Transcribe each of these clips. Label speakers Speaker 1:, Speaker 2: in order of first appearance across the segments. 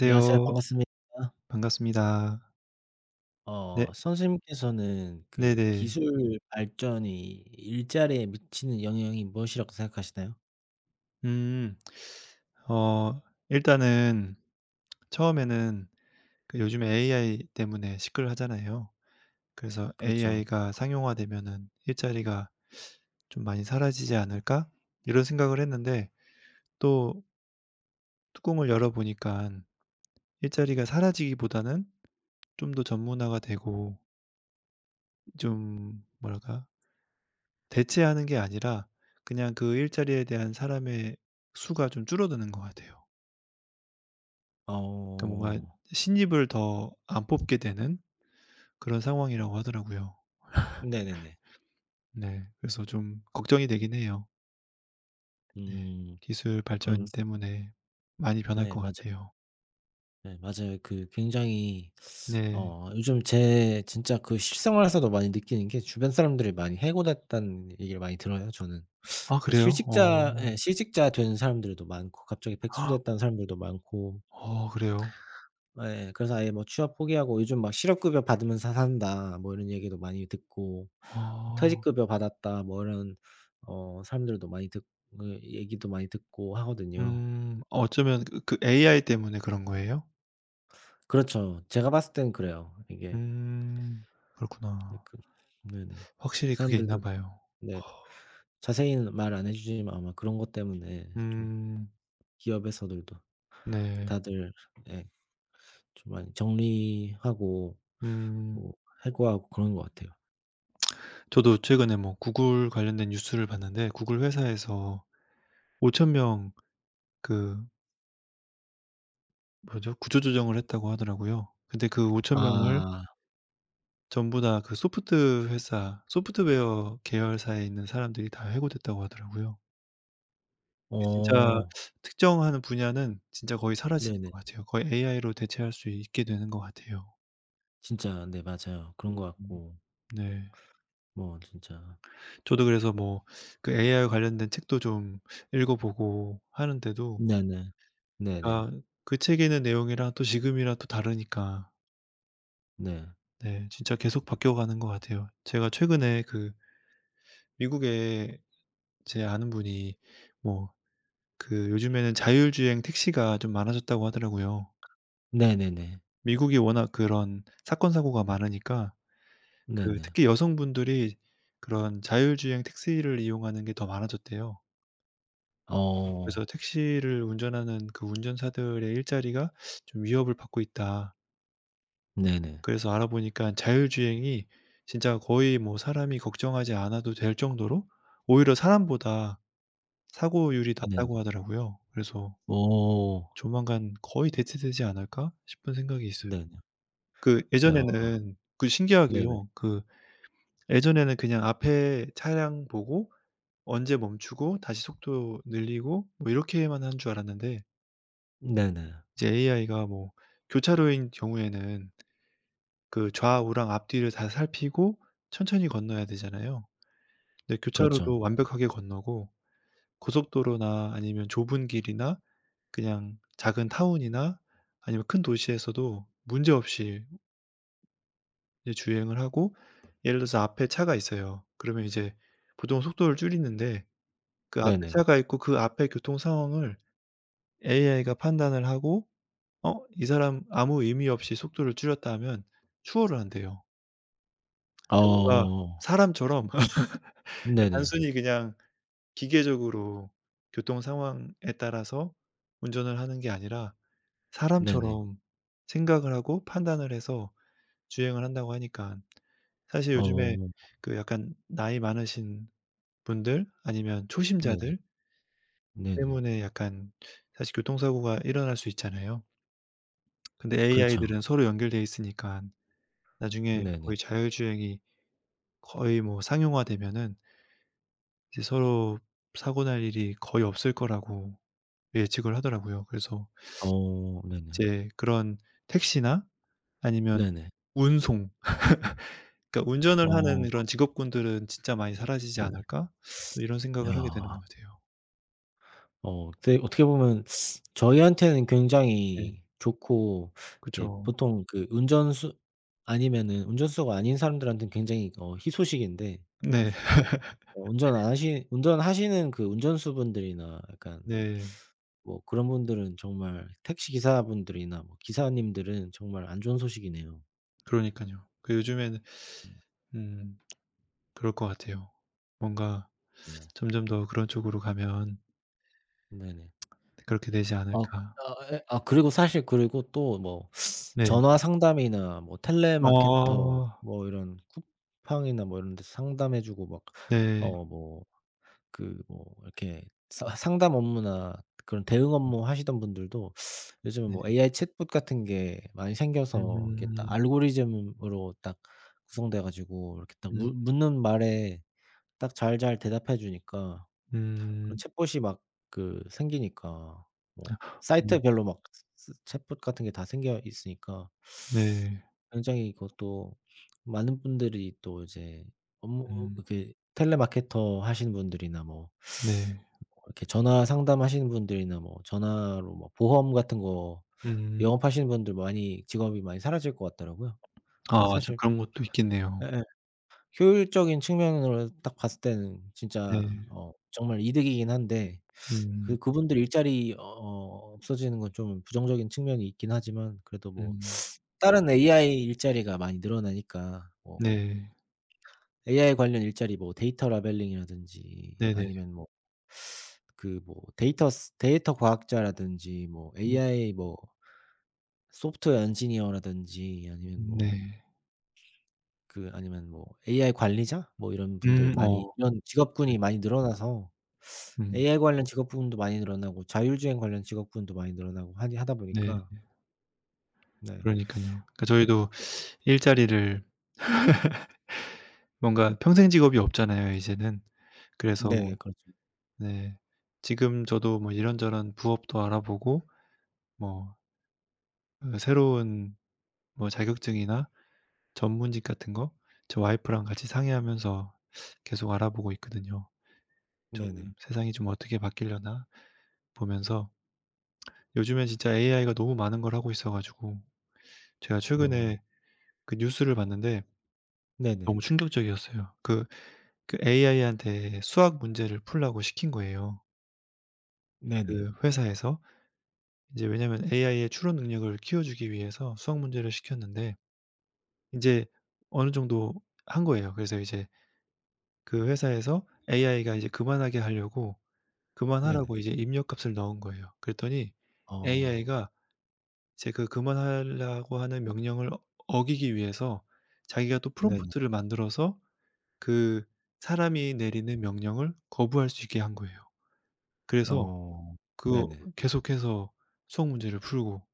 Speaker 1: 네, 안녕하세요. 반갑습니다.
Speaker 2: 반갑습니다. 네.
Speaker 1: 선생님께서는
Speaker 2: 네네.
Speaker 1: 기술 발전이 일자리에 미치는 영향이 무엇이라고 생각하시나요?
Speaker 2: 음. 어 일단은 처음에는 그 요즘에 AI 때문에 시끌하잖아요. 그래서
Speaker 1: 그렇죠.
Speaker 2: 'AI가 상용화되면은 일자리가 좀 많이 사라지지 않을까?' 이런 생각을 했는데 또 뚜껑을 열어 보니까 일자리가 사라지기보다는 좀 더 전문화가 되고 좀 뭐랄까? 대체하는 게 아니라 그냥 그 일자리에 대한 사람의 수가 좀 줄어드는 것 같아요. 그러니까 뭔가
Speaker 1: 어.
Speaker 2: 신입을 더 안 뽑게 되는 그런 상황이라고 하더라고요.
Speaker 1: 네네네.
Speaker 2: 네. 그래서 좀 걱정이 되긴 해요. 네.
Speaker 1: 음.
Speaker 2: 기술
Speaker 1: 그럼
Speaker 2: 발전 때문에 많이 변할
Speaker 1: 네
Speaker 2: 것
Speaker 1: 맞아
Speaker 2: 같아요.
Speaker 1: 네, 맞아요. 굉장히
Speaker 2: 네.
Speaker 1: 요즘 제 진짜 실생활에서도 많이 느끼는 게, 주변 사람들이 많이 해고됐다는 얘기를 많이 들어요 저는.
Speaker 2: 아
Speaker 1: 그래서
Speaker 2: 그래요? 어.
Speaker 1: 실직자 된 사람들도 많고, 갑자기 백수됐다는 사람들도 많고,
Speaker 2: 어 그래요?
Speaker 1: 예. 그래서 아예 취업 포기하고 요즘 막 "실업급여 받으면서 산다." 이런 얘기도 많이 듣고,
Speaker 2: 아.
Speaker 1: "퇴직급여 받았다." 뭐 이런 어 사람들도 많이 듣 어 얘기도 많이 듣고 하거든요.
Speaker 2: 음. 어쩌면 그 AI 때문에 그런 거예요?
Speaker 1: 그렇죠. 제가 봤을 땐 그래요. 이게.
Speaker 2: 음.
Speaker 1: 네.
Speaker 2: 그렇구나.
Speaker 1: 네네.
Speaker 2: 확실히 그게 있나
Speaker 1: 사람들도.
Speaker 2: 봐요.
Speaker 1: 네. 자세히는 말 안 해 주지만 아마 그런 것 때문에 좀
Speaker 2: 음.
Speaker 1: 기업에서들도
Speaker 2: 네.
Speaker 1: 다들, 예, 좀 많이 정리하고
Speaker 2: 음.
Speaker 1: 뭐 해고하고 그런 것 같아요.
Speaker 2: 저도 최근에 뭐 구글 관련된 뉴스를 봤는데 구글 회사에서 5천 명 그 뭐죠? 구조 조정을 했다고 하더라고요. 근데 그5천 명을
Speaker 1: 아.
Speaker 2: 전부 다 소프트웨어 계열사에 있는 사람들이 다 해고됐다고 하더라고요. 그 진짜
Speaker 1: 어.
Speaker 2: 특정한 분야는 진짜 거의 사라지는
Speaker 1: 네네.
Speaker 2: 것 같아요. 거의 AI로 대체할 수 있게 되는 것 같아요.
Speaker 1: 진짜, 네, 맞아요. 그런 것
Speaker 2: 음
Speaker 1: 같고.
Speaker 2: 네.
Speaker 1: 진짜.
Speaker 2: 저도 그래서 뭐 그 AI 관련된 책도 좀 읽어 보고 하는데도
Speaker 1: 네네. 네네.
Speaker 2: 그러니까 그 책에는 내용이랑 또 지금이랑 또 다르니까.
Speaker 1: 네,
Speaker 2: 네. 진짜 계속 바뀌어가는 것 같아요. 제가 최근에 그 미국에 제 아는 분이 뭐 그 요즘에는 자율주행 택시가 좀 많아졌다고 하더라고요.
Speaker 1: 네네네.
Speaker 2: 미국이 워낙 그런 사건 사고가 많으니까 그
Speaker 1: 네네.
Speaker 2: 특히 여성분들이 그런 자율주행 택시를 이용하는 게 더 많아졌대요.
Speaker 1: 어.
Speaker 2: 그래서 택시를 운전하는 그 운전사들의 일자리가 좀 위협을 받고 있다.
Speaker 1: 네네.
Speaker 2: 그래서 알아보니까 자율주행이 진짜 거의 뭐 사람이 걱정하지 않아도 될 정도로 오히려 사람보다 사고율이
Speaker 1: 네네.
Speaker 2: 낮다고 하더라고요. 그래서
Speaker 1: 어.
Speaker 2: '조만간 거의 대체되지 않을까?' 싶은 생각이 있어요.
Speaker 1: 네네.
Speaker 2: 그
Speaker 1: 야.
Speaker 2: 예전에는 그
Speaker 1: 네네.
Speaker 2: 신기하게요. 그 예전에는 그냥 앞에 차량 보고 언제 멈추고 다시 속도 늘리고 뭐 이렇게만 한 줄 알았는데
Speaker 1: 네네.
Speaker 2: 이제 AI가 뭐 교차로인 경우에는 그 좌우랑 앞뒤를 다 살피고 천천히 건너야 되잖아요. 네.
Speaker 1: 그렇죠.
Speaker 2: 교차로도 완벽하게 건너고 고속도로나 아니면 좁은 길이나 그냥 작은 타운이나 아니면 큰 도시에서도 문제없이 이제 주행을 하고 예를 들어서 앞에 차가 있어요. 그러면 이제 보통 속도를 줄이는데 그 앞에
Speaker 1: 네네.
Speaker 2: 차가 있고 그 앞에 교통 상황을 AI가 판단을 하고 '어 이 사람 아무 의미 없이 속도를 줄였다.' 하면 추월을 한대요. 그러니까 뭔가
Speaker 1: 어.
Speaker 2: 사람처럼
Speaker 1: 네네.
Speaker 2: 단순히 그냥 기계적으로 교통 상황에 따라서 운전을 하는 게 아니라
Speaker 1: 네네.
Speaker 2: 사람처럼 생각을 하고 판단을 해서 주행을 한다고 하니까 사실 요즘에
Speaker 1: 어.
Speaker 2: 그 약간 나이 많으신 분들 아니면
Speaker 1: 네네.
Speaker 2: 초심자들
Speaker 1: 네네.
Speaker 2: 때문에 약간 사실 교통사고가 일어날 수 있잖아요. 근데
Speaker 1: 그렇죠.
Speaker 2: AI들은 서로 연결돼 있으니까 나중에
Speaker 1: 네네.
Speaker 2: 거의 자율주행이 거의 뭐 상용화되면은 이제 서로 사고 날 일이 거의 없을 거라고 예측을 하더라고요. 그래서
Speaker 1: 어. 네네.
Speaker 2: 이제 그런 택시나 아니면
Speaker 1: 네네.
Speaker 2: 운송 그러니까 운전을 하는
Speaker 1: 어.
Speaker 2: 그런 직업군들은 '진짜 많이 사라지지
Speaker 1: 네네.
Speaker 2: 않을까?' 또 이런 생각을 하게 되는
Speaker 1: 야.
Speaker 2: 것 같아요.
Speaker 1: 근데 어떻게 보면 저희한테는
Speaker 2: 네.
Speaker 1: 굉장히 좋고, 이렇게
Speaker 2: 그죠.
Speaker 1: 보통 그 운전수 아니면은 운전수가 아닌 사람들한테는 굉장히 희소식인데,
Speaker 2: 네.
Speaker 1: 어 운전 안 하시 운전하시는 그 운전수분들이나 약간
Speaker 2: 네.
Speaker 1: 그런 분들은, 정말 택시기사분들이나 기사님들은 정말 안 좋은 소식이네요.
Speaker 2: 그러니깐요. 그 요즘에는 음 그럴 것 같아요. 뭔가
Speaker 1: 네.
Speaker 2: 점점 더 그런 쪽으로 가면
Speaker 1: 네네.
Speaker 2: 그렇게 되지
Speaker 1: 어
Speaker 2: 않을까.
Speaker 1: 예. 아, 그리고 사실 그리고 또
Speaker 2: 네.
Speaker 1: 전화 상담이나
Speaker 2: 어
Speaker 1: 텔레마케터 이런 쿠팡이나 이런 데서 상담해 주고 막,
Speaker 2: 네.
Speaker 1: 어 뭐 이렇게 사 상담 업무나 그런 대응 업무 하시던 분들도, 요즘은
Speaker 2: 네.
Speaker 1: AI 챗봇 같은 게 많이 생겨서, 이게 딱
Speaker 2: 음.
Speaker 1: 알고리즘으로 딱 구성돼 가지고 이렇게 딱
Speaker 2: 음.
Speaker 1: 물 묻는 말에 딱 잘 대답해 주니까, 그런
Speaker 2: 음.
Speaker 1: 챗봇이 막 생기니까,
Speaker 2: 음.
Speaker 1: 사이트별로 막 스 챗봇 같은 게 다 생겨 있으니까,
Speaker 2: 네.
Speaker 1: 굉장히 이것도 많은 분들이 또 이제 업무,
Speaker 2: 음.
Speaker 1: 이렇게 텔레마케터 하시는 분들이나
Speaker 2: 네.
Speaker 1: 이렇게 전화 상담하시는 분들이나 전화로 보험 같은 거
Speaker 2: 음.
Speaker 1: 영업하시는 분들, 많이 직업이 많이 사라질 것 같더라고요. 근데
Speaker 2: 아 맞아.
Speaker 1: 사실,
Speaker 2: 그런 것도 있겠네요.
Speaker 1: 예예. 효율적인 측면으로 딱 봤을 때는 진짜
Speaker 2: 네.
Speaker 1: 정말 이득이긴 한데,
Speaker 2: 음.
Speaker 1: 그분들 일자리 없어지는 건 좀 부정적인 측면이 있긴 하지만, 그래도
Speaker 2: 음.
Speaker 1: 다른 AI 일자리가 많이 늘어나니까,
Speaker 2: 네.
Speaker 1: AI 관련 일자리, 데이터 라벨링이라든지,
Speaker 2: 네네.
Speaker 1: 아니면 데이터 과학자라든지,
Speaker 2: 음
Speaker 1: AI 소프트웨어 엔지니어라든지, 아니면
Speaker 2: 네.
Speaker 1: 아니면 AI 관리자 이런 분들 많이,
Speaker 2: 어
Speaker 1: 이런
Speaker 2: 이제
Speaker 1: 직업군이 많이 늘어나서,
Speaker 2: 음
Speaker 1: AI 관련 직업군도 많이 늘어나고, 자율주행 관련 직업군도 많이 늘어나고 하니 하다
Speaker 2: 네.
Speaker 1: 보니까. 네.
Speaker 2: 그러니깐요. 그러니까 저희도 일자리를 뭔가 평생 직업이 없잖아요 이제는. 그래서
Speaker 1: 네, 그렇죠.
Speaker 2: 네. 지금 저도 뭐 이런저런 부업도 알아보고 뭐 어 새로운 뭐 자격증이나 전문직 같은 거 저 와이프랑 같이 상의하면서 계속 알아보고 있거든요. 좀
Speaker 1: 네네.
Speaker 2: '세상이 좀 어떻게 바뀌려나?' 보면서 요즘엔 진짜 AI가 너무 많은 걸 하고 있어 가지고 제가 네.
Speaker 1: 어,
Speaker 2: 최근에 그 뉴스를 봤는데 너무
Speaker 1: 네네.
Speaker 2: 충격적이었어요. 그 그 AI한테 수학 문제를 풀라고 시킨 거예요
Speaker 1: 네네.
Speaker 2: 그 회사에서. 이제 왜냐면 AI의 추론 능력을 키워주기 위해서 수학 문제를 시켰는데 인제 어느 정도 한 거예요. 그래서 이제 그 회사에서 AI가 이제 그만하게 하려고 네.
Speaker 1: 네네.
Speaker 2: 그만하라고 이제 입력값을 넣은 거예요. 그랬더니
Speaker 1: 어,
Speaker 2: AI가 제 그 그만하라고 하는 명령을 어기기 위해서 자기가 또
Speaker 1: 네네.
Speaker 2: 프롬프트를 만들어서 그 사람이 내리는 명령을 거부할 수 있게 한 거예요. 그래서
Speaker 1: 어,
Speaker 2: 그거
Speaker 1: 네네.
Speaker 2: 계속해서 수학 문제를 풀고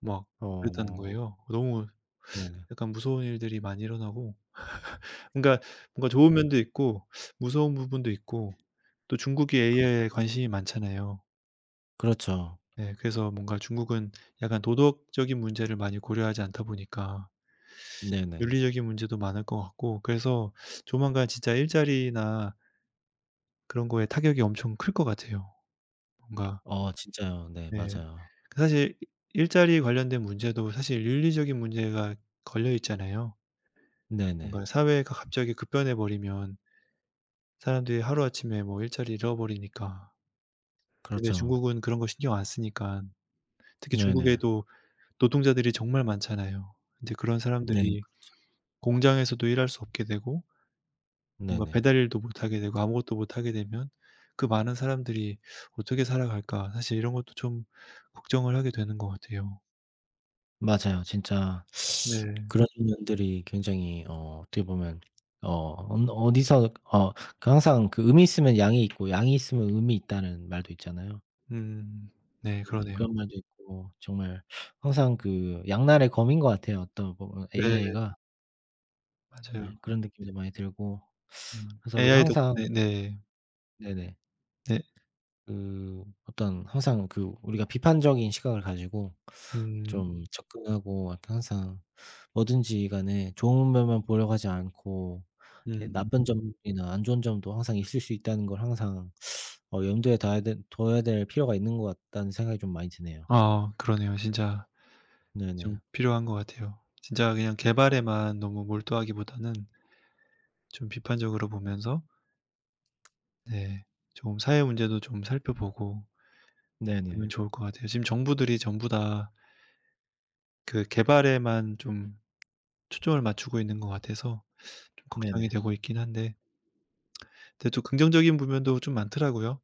Speaker 2: 막 그랬다는
Speaker 1: 어,
Speaker 2: 거예요. 너무
Speaker 1: 네네.
Speaker 2: 약간 무서운 일들이 많이 일어나고 그러니까 뭔가 좋은
Speaker 1: 음.
Speaker 2: 면도 있고 무서운 부분도 있고 또 중국이
Speaker 1: 그렇죠.
Speaker 2: AI에 관심이 많잖아요.
Speaker 1: 그렇죠.
Speaker 2: 네, 그래서 뭔가 중국은 약간 도덕적인 문제를 많이 고려하지 않다 보니까
Speaker 1: 네네.
Speaker 2: 윤리적인 문제도 많을 것 같고 그래서 조만간 진짜 일자리나 그런 거에 타격이 엄청 클 것 같아요. 뭔가
Speaker 1: 어, 진짜요. 네,
Speaker 2: 네.
Speaker 1: 맞아요.
Speaker 2: 그 사실 일자리 관련된 문제도 사실 윤리적인 문제가 걸려 있잖아요.
Speaker 1: 네네.
Speaker 2: 뭔가 사회가 갑자기 급변해 버리면 사람들이 하루아침에 뭐 일자리 잃어버리니까. 근데
Speaker 1: 그렇죠.
Speaker 2: 중국은 그런 거 신경 안 쓰니까 특히
Speaker 1: 네네.
Speaker 2: 중국에도 노동자들이 정말 많잖아요. 이제 그런
Speaker 1: 네.
Speaker 2: 사람들이
Speaker 1: 그렇죠.
Speaker 2: 공장에서도 일할 수 없게 되고 뭔가
Speaker 1: 네네.
Speaker 2: 배달 일도 못하게 되고 아무것도 못하게 되면 '그 많은 사람들이 어떻게 살아갈까.' 사실 이런 것도 좀 걱정을 하게 되는 것 같아요.
Speaker 1: 맞아요. 진짜.
Speaker 2: 네.
Speaker 1: 그런 면들이 굉장히 어떻게 보면, 어 언 어디서 어 그 항상 그 "음이 있으면 양이 있고, 양이 있으면 음이 있다."는 말도 있잖아요.
Speaker 2: 음. 네
Speaker 1: 네.
Speaker 2: 그러네요.
Speaker 1: 그런 말도 있고, 정말 항상 그 양날의 검인 것 같아요. 어떤 부분
Speaker 2: 네
Speaker 1: AI가. 네,
Speaker 2: 맞아요.
Speaker 1: 그런 느낌도 많이 들고.
Speaker 2: 음.
Speaker 1: 그래서 우리가
Speaker 2: AI
Speaker 1: 항상,
Speaker 2: 덕분에 네.
Speaker 1: 네네.
Speaker 2: 네.
Speaker 1: 어떤 항상 그 우리가 비판적인 시각을 가지고
Speaker 2: 음.
Speaker 1: 좀 접근하고, 약간 항상 뭐든지 간에 좋은 면만 보려고 하지 않고, 이렇게
Speaker 2: 음.
Speaker 1: 나쁜 점이나 안 좋은 점도 항상 있을 수 있다는 걸 항상 염두에 둬야 될 필요가 있는 것 같다는 생각이 좀 많이 드네요.
Speaker 2: 아 그러네요. 진짜
Speaker 1: 네네.
Speaker 2: 좀 필요한 것 같아요. 진짜 그냥 개발에만 너무 몰두하기보다는 좀 비판적으로 보면서 네 좀 사회 문제도 좀 살펴보고 하면
Speaker 1: 네네.
Speaker 2: 좋을 것 같아요. 지금 정부들이 전부 다 그 개발에만 좀 초점을 맞추고 있는 것 같아서 좀 걱정이
Speaker 1: 네네.
Speaker 2: 되고 있긴 한데 근데 또 긍정적인 부면도 좀 많더라고요.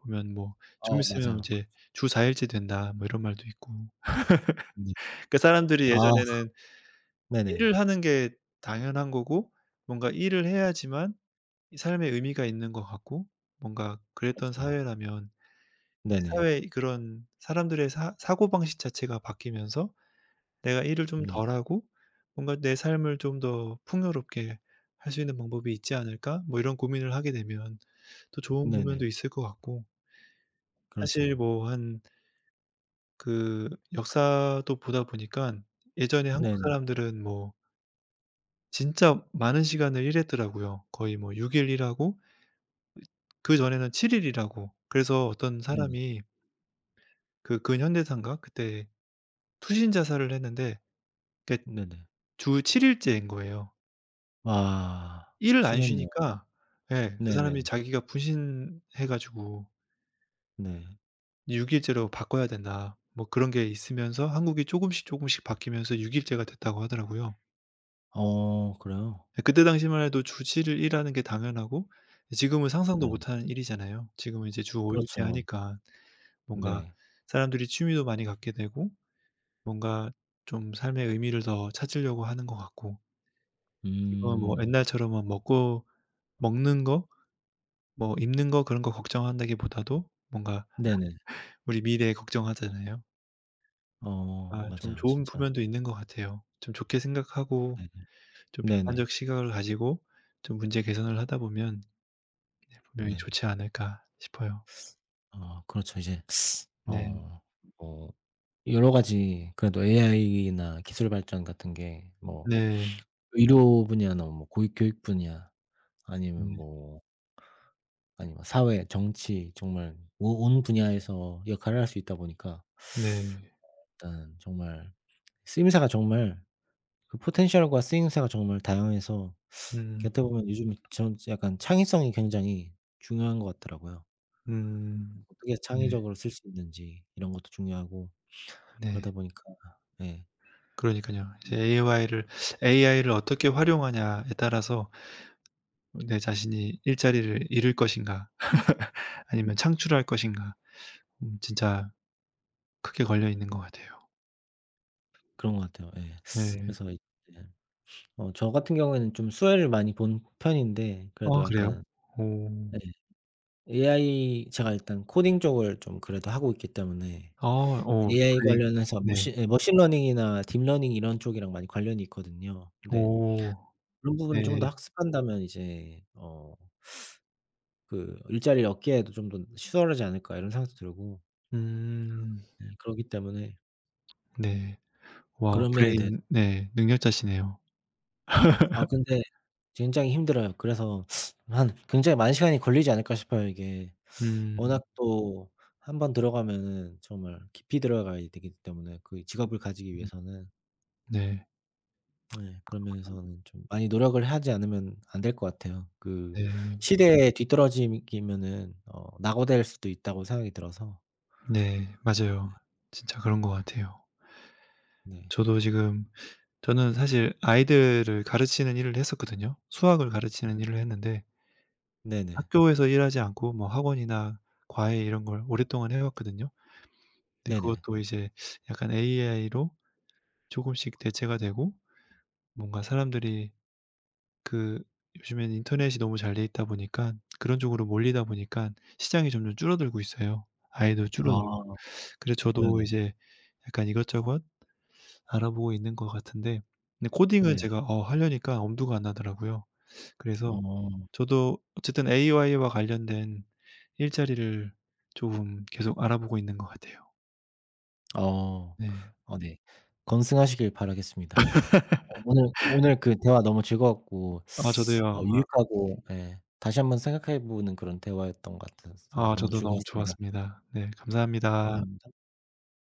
Speaker 2: 보면 뭐 좀
Speaker 1: 어,
Speaker 2: 있으면
Speaker 1: 맞아요.
Speaker 2: 이제 "주 4 일째 된다." 뭐 이런 말도 있고.
Speaker 1: 네.
Speaker 2: 그러니까 사람들이
Speaker 1: 아,
Speaker 2: 예전에는
Speaker 1: 네네.
Speaker 2: 일을 하는 게 당연한 거고 뭔가 일을 해야지만 이 삶에 의미가 있는 것 같고 뭔가 그랬던
Speaker 1: 그렇죠.
Speaker 2: 사회라면 사
Speaker 1: 네네.
Speaker 2: 회 그런 사람들의 사 사고방식 자체가 바뀌면서 내가 일을 좀
Speaker 1: 네,
Speaker 2: 덜 하고 뭔가 '내 삶을 좀 더 풍요롭게 할 수 있는 방법이 있지 않을까?' 뭐 이런 고민을 하게 되면 또 좋은
Speaker 1: 네네.
Speaker 2: 방면도 있을 것 같고 사실
Speaker 1: 그렇죠.
Speaker 2: 뭐 한 그 역사도 보다 보니깐 예전에 한국
Speaker 1: 네네.
Speaker 2: 사람들은 뭐 진짜 많은 시간을 일했더라고요. 거의 뭐 6일 일하고 그전에는 7일 일하고 그래서 어떤
Speaker 1: 네네.
Speaker 2: 사람이 그 근현대사인가 그때 투신 자살을 했는데 그게
Speaker 1: 네네.
Speaker 2: 주 7 일째인 거예요.
Speaker 1: 와.
Speaker 2: 일을 안
Speaker 1: 심했네요.
Speaker 2: 쉬니까 예 그 사람이
Speaker 1: 네네.
Speaker 2: 자기가 분신해 가지고
Speaker 1: 네.
Speaker 2: 6 일제로 바꿔야 된다. 뭐 그런 게 있으면서 한국이 쪼금씩 쪼금씩 바뀌면서 6 일제가 됐다고 하더라고요.
Speaker 1: 어, 그래요?
Speaker 2: 예 그때 당시만 해도 주 7 일 일하는 게 당연하고 지금은 상상도
Speaker 1: 네네.
Speaker 2: 못하는 일이잖아요. 지금은 이제 주 5 일제
Speaker 1: 그렇죠.
Speaker 2: 하니까 뭔가
Speaker 1: 네.
Speaker 2: 사람들이 취미도 많이 갖게 되고 뭔가 좀 삶의 의미를 더 찾으려고 하는 것 같고 지금은 뭐
Speaker 1: 음.
Speaker 2: 옛날처럼 막 먹고 먹는 거 뭐 입는 거 그런 거 걱정한다기보다도 뭔가
Speaker 1: 네네.
Speaker 2: 우리 미래 걱정하잖아요.
Speaker 1: 어,
Speaker 2: 아 좀
Speaker 1: 맞아요.
Speaker 2: 좋은
Speaker 1: 진짜.
Speaker 2: 부면도 있는 것 같아요. 좀 좋게 생각하고
Speaker 1: 네네.
Speaker 2: 좀
Speaker 1: 네네.
Speaker 2: 비판적 시각을 가지고 좀 문제 개선을 하다 보면 네 분명히
Speaker 1: 네.
Speaker 2: 좋지 않을까 싶어요.
Speaker 1: 그렇죠. 이제,
Speaker 2: 네.
Speaker 1: 어 뭐 여러 가지 그래도 AI나 기술 발전 같은 게뭐
Speaker 2: 네.
Speaker 1: 의료 분야나 고위 교육 분야 아니면
Speaker 2: 네.
Speaker 1: 아니면 사회, 정치, 정말 오 온 분야에서 역할을 할 수 있다 보니까,
Speaker 2: 네.
Speaker 1: 일단 정말 쓰임새가 정말, 포텐셜과 쓰임새가 정말 다양해서,
Speaker 2: 음.
Speaker 1: 어떻게 보면 요즘 전 약간 창의성이 굉장히 중요한 것 같더라고요.
Speaker 2: 음.
Speaker 1: 어떻게
Speaker 2: 네.
Speaker 1: 창의적으로 쓸 수 있는지 이런 것도 중요하고.
Speaker 2: 네.
Speaker 1: 그러다 보니까, 예.
Speaker 2: 그러니깐요. 이제 AI를 어떻게 활용하냐에 따라서 내 자신이 일자리를 잃을 것인가 아니면 창출할 것인가 진짜 크게 걸려 있는 것 같아요.
Speaker 1: 그런 것 같아요. 예.
Speaker 2: 네.
Speaker 1: 그래서 이제, 저 같은 경우에는 좀 수혜를 많이 본 편인데, 그래도
Speaker 2: 아 그래요?
Speaker 1: 약간,
Speaker 2: 오.
Speaker 1: 예, AI, 제가 일단 코딩 쪽을 좀 그래도 하고 있기 때문에
Speaker 2: 아 어
Speaker 1: AI
Speaker 2: 브레인
Speaker 1: 관련해서
Speaker 2: 네.
Speaker 1: 머신러닝이나 딥러닝 이런 쪽이랑 많이 관련이 있거든요. 근데
Speaker 2: 오.
Speaker 1: 그런 부분을 좀 더
Speaker 2: 네.
Speaker 1: 학습한다면 이제, '일자리를 얻기에도 좀 더 수월하지 않을까.' 이런 생각도 들고,
Speaker 2: 음.
Speaker 1: 예, 그러기 때문에
Speaker 2: 네. 와
Speaker 1: 그런 면에 대해서.
Speaker 2: 브레인 네. 능력자시네요.
Speaker 1: 아, 근데 굉장히 힘들어요. 그래서 한 굉장히 많은 시간이 걸리지 않을까 싶어요 이게.
Speaker 2: 음.
Speaker 1: 워낙 또 한번 들어가면은 정말 깊이 들어가야 되기 때문에 그 직업을 가지기 위해서는.
Speaker 2: 네.
Speaker 1: 네. 그러면서는 좀 많이 노력을 하지 않으면 안 될 것 같아요. 네.
Speaker 2: 네.
Speaker 1: 시대에 뒤떨어지면은 낙오될 수도 있다고 생각이 들어서.
Speaker 2: 네. 맞아요. 진짜 그런 것 같아요.
Speaker 1: 네.
Speaker 2: 저도 지금 저는 사실 아이들을 가르치는 일을 했었거든요. 수학을 가르치는 일을 했는데
Speaker 1: 네네.
Speaker 2: 학교에서 일하지 않고 뭐 학원이나 과외 이런 걸 오랫동안 해 왔거든요. 근데
Speaker 1: 네네.
Speaker 2: 그것도 이제 약간 AI로 조금씩 대체가 되고 뭔가 사람들이 그 요즘엔 인터넷이 너무 잘 돼 있다 보니까 그런 쪽으로 몰리다 보니까 시장이 점점 줄어들고 있어요. 아이도 줄어들고.
Speaker 1: 아,
Speaker 2: 그래서 저도
Speaker 1: 네네.
Speaker 2: 이제 약간 이것저것 알아보고 있는 것 같은데 근데 코딩은
Speaker 1: 네네.
Speaker 2: 제가 하려니까 엄두가 안 나더라고요. 그래서
Speaker 1: 어.
Speaker 2: 저도 어쨌든 AI와 관련된 일자리를 조금 계속 알아보고 있는 것 같아요.
Speaker 1: 어.
Speaker 2: 네.
Speaker 1: 어, 네. 건승하시길 바라겠습니다. 오늘 대화 너무 즐거웠고,
Speaker 2: 아 저도요. 아
Speaker 1: 유익하고, 예, 다시 한번 생각해 보는 그런 대화였던 것 같아서
Speaker 2: 아
Speaker 1: 너무
Speaker 2: 저도 너무
Speaker 1: 즐거웠습니다.
Speaker 2: 좋았습니다. 네 감사합니다.
Speaker 1: 감사합니다.